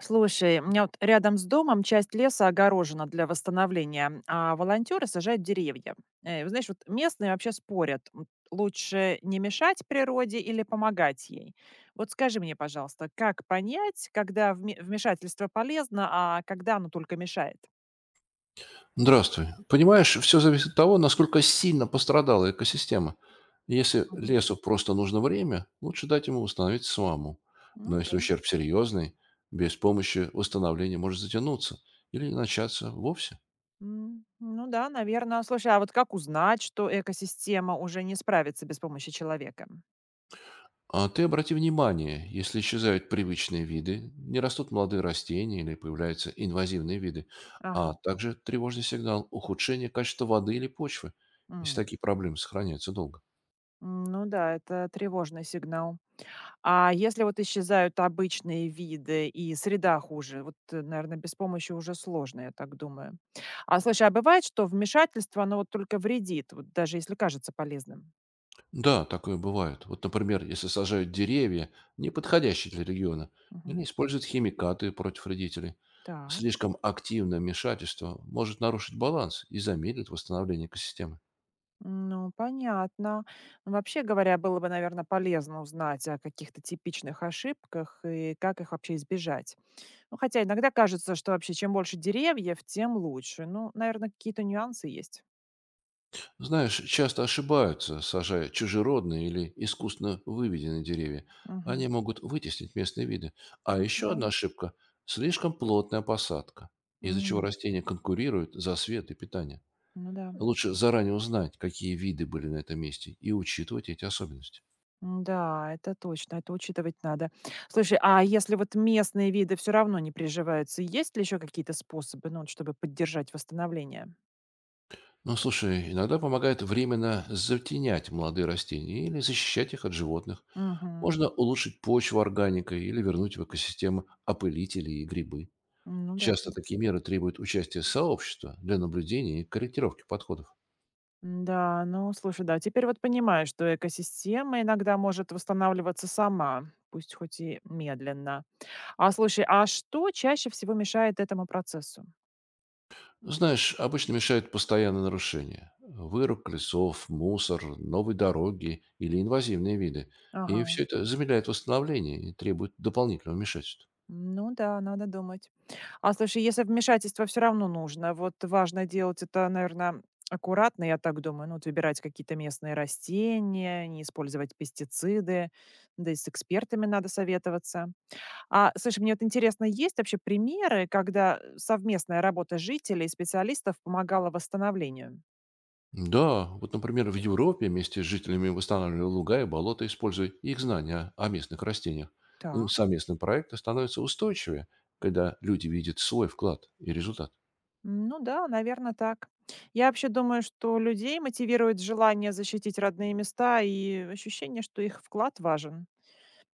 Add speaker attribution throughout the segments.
Speaker 1: Слушай, у меня вот рядом с домом часть леса огорожена для восстановления, а волонтеры сажают деревья. Э, вы Знаешь, вот местные вообще спорят, лучше не мешать природе или помогать ей. Вот скажи мне, пожалуйста, как понять, когда вмешательство полезно, а когда оно только мешает?
Speaker 2: Здравствуй. Понимаешь, все зависит от того, насколько сильно пострадала экосистема. Если
Speaker 1: Мгм.
Speaker 2: лесу просто нужно время, лучше дать ему восстановиться самому.
Speaker 1: Ну,
Speaker 2: Но если
Speaker 1: окей.
Speaker 2: ущерб серьезный, без помощи восстановления может затянуться или не начаться вовсе.
Speaker 1: Ну да, наверное. Слушай, а вот как узнать, что экосистема уже не справится без помощи человека?
Speaker 2: А ты обрати внимание, если исчезают привычные виды, не растут молодые растения или появляются инвазивные виды,
Speaker 1: Ага.
Speaker 2: а также тревожный сигнал ухудшения качества воды или почвы, если
Speaker 1: М,
Speaker 2: такие проблемы сохраняются долго.
Speaker 1: Ну да, это тревожный сигнал. А если вот исчезают обычные виды и среда хуже, вот, наверное, без помощи уже сложно, я так думаю. А слушай, а бывает, что вмешательство, оно вот только вредит, вот даже если кажется полезным?
Speaker 2: Да, такое бывает. Вот, например, если сажают деревья, не подходящие для региона,
Speaker 1: Мгм.
Speaker 2: или используют химикаты против вредителей.
Speaker 1: Так,
Speaker 2: Слишком активное вмешательство может нарушить баланс и замедлит восстановление экосистемы.
Speaker 1: ну, понятно. Ну, вообще говоря, было бы, наверное, полезно узнать о каких-то типичных ошибках и как их вообще избежать. Ну, хотя иногда кажется, что вообще чем больше деревьев, тем лучше. Ну, наверное, какие-то нюансы есть.
Speaker 2: Знаешь, часто ошибаются, сажая чужеродные или искусственно выведенные деревья.
Speaker 1: Мгм.
Speaker 2: Они могут вытеснить местные виды. А
Speaker 1: Ну, да.
Speaker 2: еще одна ошибка – слишком плотная посадка, из-за чего
Speaker 1: М,
Speaker 2: растения конкурируют за свет и питание.
Speaker 1: Ну да.
Speaker 2: Лучше заранее узнать, какие виды были на этом месте, и учитывать эти особенности.
Speaker 1: М-да, это точно, это учитывать надо. Слушай, а если вот местные виды все равно не приживаются, есть ли еще какие-то способы, ну, вот чтобы поддержать восстановление?
Speaker 2: Ну, слушай, иногда помогает временно затенять молодые растения или защищать их от животных.
Speaker 1: Мгм.
Speaker 2: Можно улучшить почву органикой или вернуть в экосистему опылители и грибы.
Speaker 1: Ну да.
Speaker 2: Часто такие меры требуют участия сообщества для наблюдения и корректировки подходов.
Speaker 1: Да ну, слушай, да, теперь вот понимаю, что экосистема иногда может восстанавливаться сама, пусть хоть и медленно. А слушай, а что чаще всего мешает этому процессу?
Speaker 2: Знаешь, обычно мешают постоянные нарушения. Вырубка лесов, мусор, новые дороги или инвазивные виды.
Speaker 1: Ага.
Speaker 2: И все это замедляет восстановление и требует дополнительного вмешательства.
Speaker 1: Ну да, надо думать. А слушай, если вмешательство все равно нужно, вот важно делать это, наверное, аккуратно, я так думаю, ну, вот выбирать какие-то местные растения, не использовать пестициды, да и с экспертами надо советоваться. А, слушай, мне вот интересно, есть вообще примеры, когда совместная работа жителей и специалистов помогала восстановлению?
Speaker 2: Да, вот, например, в Европе вместе с жителями восстанавливали луга и болота, используя их знания о местных растениях.
Speaker 1: Так.
Speaker 2: Совместные проекты становятся устойчивее, когда люди видят свой вклад и результат.
Speaker 1: Ну да, наверное, так. Я вообще думаю, что людей мотивирует желание защитить родные места и ощущение, что их вклад важен.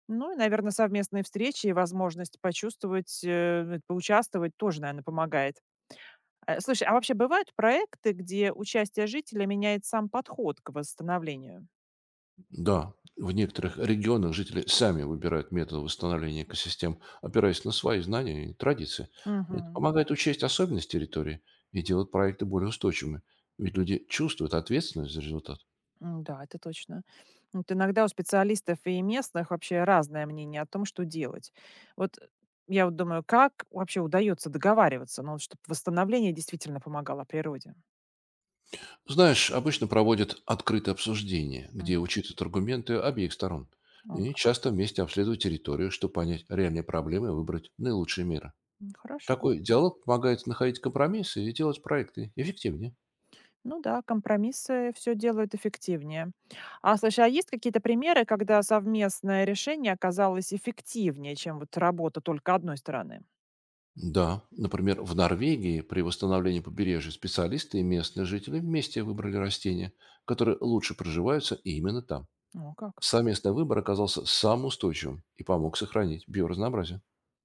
Speaker 1: Ну и, наверно, совместные встречи и возможность почувствовать, поучаствовать тоже, наверное, помогает. Слушай, а вообще бывают проекты, где участие жителя меняет сам подход к восстановлению?
Speaker 2: Да, в некоторых регионах жители сами выбирают методы восстановления экосистем, опираясь на свои знания и традиции. Это
Speaker 1: Мгм.
Speaker 2: помогает учесть особенности территории и делает проекты более устойчивыми, ведь люди чувствуют ответственность за результат.
Speaker 1: Да, это точно. Вот иногда у специалистов и местных вообще разное мнение о том, что делать. Вот я вот думаю, как вообще удается договариваться, ну, чтобы восстановление действительно помогало природе?
Speaker 2: Знаешь, обычно проводят открытое обсуждение, где
Speaker 1: Мгм.
Speaker 2: учитывают аргументы обеих сторон.
Speaker 1: О
Speaker 2: И
Speaker 1: как.
Speaker 2: часто вместе обследуют территорию, чтобы понять реальные проблемы и выбрать наилучшие меры.
Speaker 1: Хорошо.
Speaker 2: Такой диалог помогает находить компромиссы и делать проекты эффективнее.
Speaker 1: Ну да, компромиссы все делают эффективнее. А слушай, а есть какие-то примеры, когда совместное решение оказалось эффективнее, чем вот работа только одной стороны?
Speaker 2: Да, например, в Норвегии при восстановлении побережья специалисты и местные жители вместе выбрали растения, которые лучше проживаются именно там.
Speaker 1: О, как.
Speaker 2: Совместный выбор оказался самым устойчивым и помог сохранить биоразнообразие.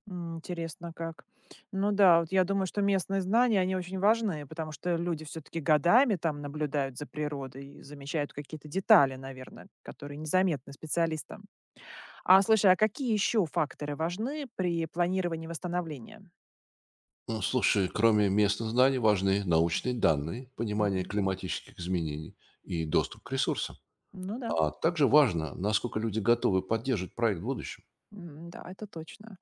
Speaker 1: Интересно, как. Ну да, вот я думаю, что местные знания, они очень важны, потому что люди все-таки годами там наблюдают за природой и замечают какие-то детали, наверное, которые незаметны специалистам. А слушай, а какие еще факторы важны при планировании восстановления?
Speaker 2: Ну, слушай, кроме местных знаний важны научные данные, понимание
Speaker 1: Мгм.
Speaker 2: климатических изменений и доступ к ресурсам.
Speaker 1: Ну да.
Speaker 2: А также важно, насколько люди готовы поддерживать проект в будущем.
Speaker 1: Да, это точно.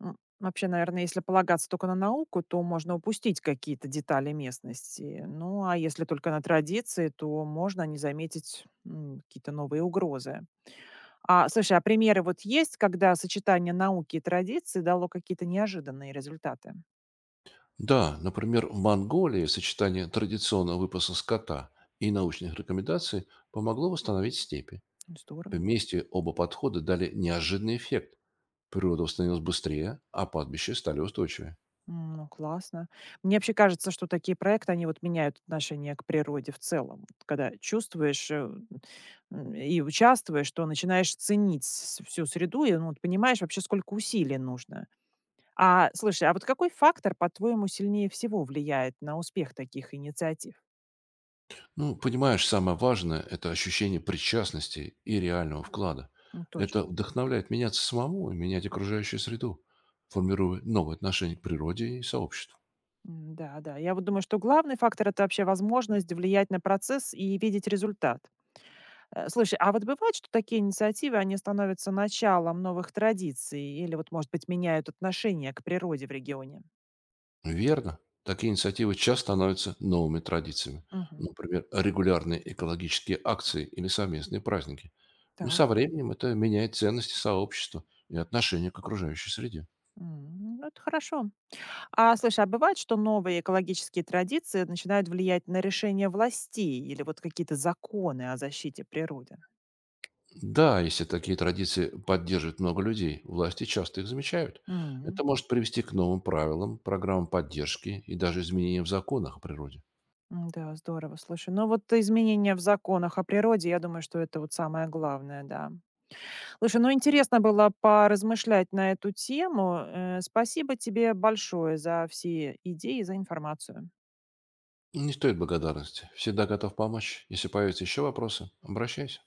Speaker 1: Вообще, наверное, если полагаться только на науку, то можно упустить какие-то детали местности. Ну, а если только на традиции, то можно не заметить какие-то новые угрозы. А, слушай, а примеры вот есть, когда сочетание науки и традиций дало какие-то неожиданные результаты?
Speaker 2: Да, например, в Монголии сочетание традиционного выпаса скота и научных рекомендаций помогло восстановить степи.
Speaker 1: Здорово.
Speaker 2: Вместе оба подхода дали неожиданный эффект. Природа восстановилась быстрее, а пастбища стали устойчивее.
Speaker 1: Ну, классно. Мне вообще кажется, что такие проекты, они вот меняют отношение к природе в целом. Вот когда чувствуешь и участвуешь, то начинаешь ценить всю среду и ну, вот понимаешь вообще, сколько усилий нужно. А, слушай, а вот какой фактор, по-твоему, сильнее всего влияет на успех таких инициатив?
Speaker 2: Ну, понимаешь, самое важное – это ощущение причастности и реального вклада.
Speaker 1: Ну,
Speaker 2: Это
Speaker 1: точно.
Speaker 2: вдохновляет меняться самому и менять окружающую среду, формируя новые отношения к природе и сообществу.
Speaker 1: Да, да. Я вот думаю, что главный фактор– это вообще возможность влиять на процесс и видеть результат. Слушай, а вот бывает, что такие инициативы, они становятся началом новых традиций или вот, может быть, меняют отношение к природе в регионе?
Speaker 2: Верно. Такие инициативы часто становятся новыми традициями.
Speaker 1: Мгм.
Speaker 2: Например, регулярные экологические акции или совместные праздники. И
Speaker 1: Так.
Speaker 2: со временем это меняет ценности сообщества и отношение к окружающей среде.
Speaker 1: Ну, это хорошо. А слушай, а бывает, что новые экологические традиции начинают влиять на решения властей или вот какие-то законы о защите природы?
Speaker 2: Да, если такие традиции поддерживают много людей, власти часто их замечают.
Speaker 1: Мгм.
Speaker 2: Это может привести к новым правилам, программам поддержки и даже изменениям в законах о природе.
Speaker 1: Да, здорово, слушай. Ну вот изменения в законах о природе, я думаю, что это вот самое главное, да. Слушай, ну интересно было поразмышлять на эту тему. Спасибо тебе большое за все идеи, за информацию.
Speaker 2: Не стоит благодарности. Всегда готов помочь. Если появятся еще вопросы, обращайся.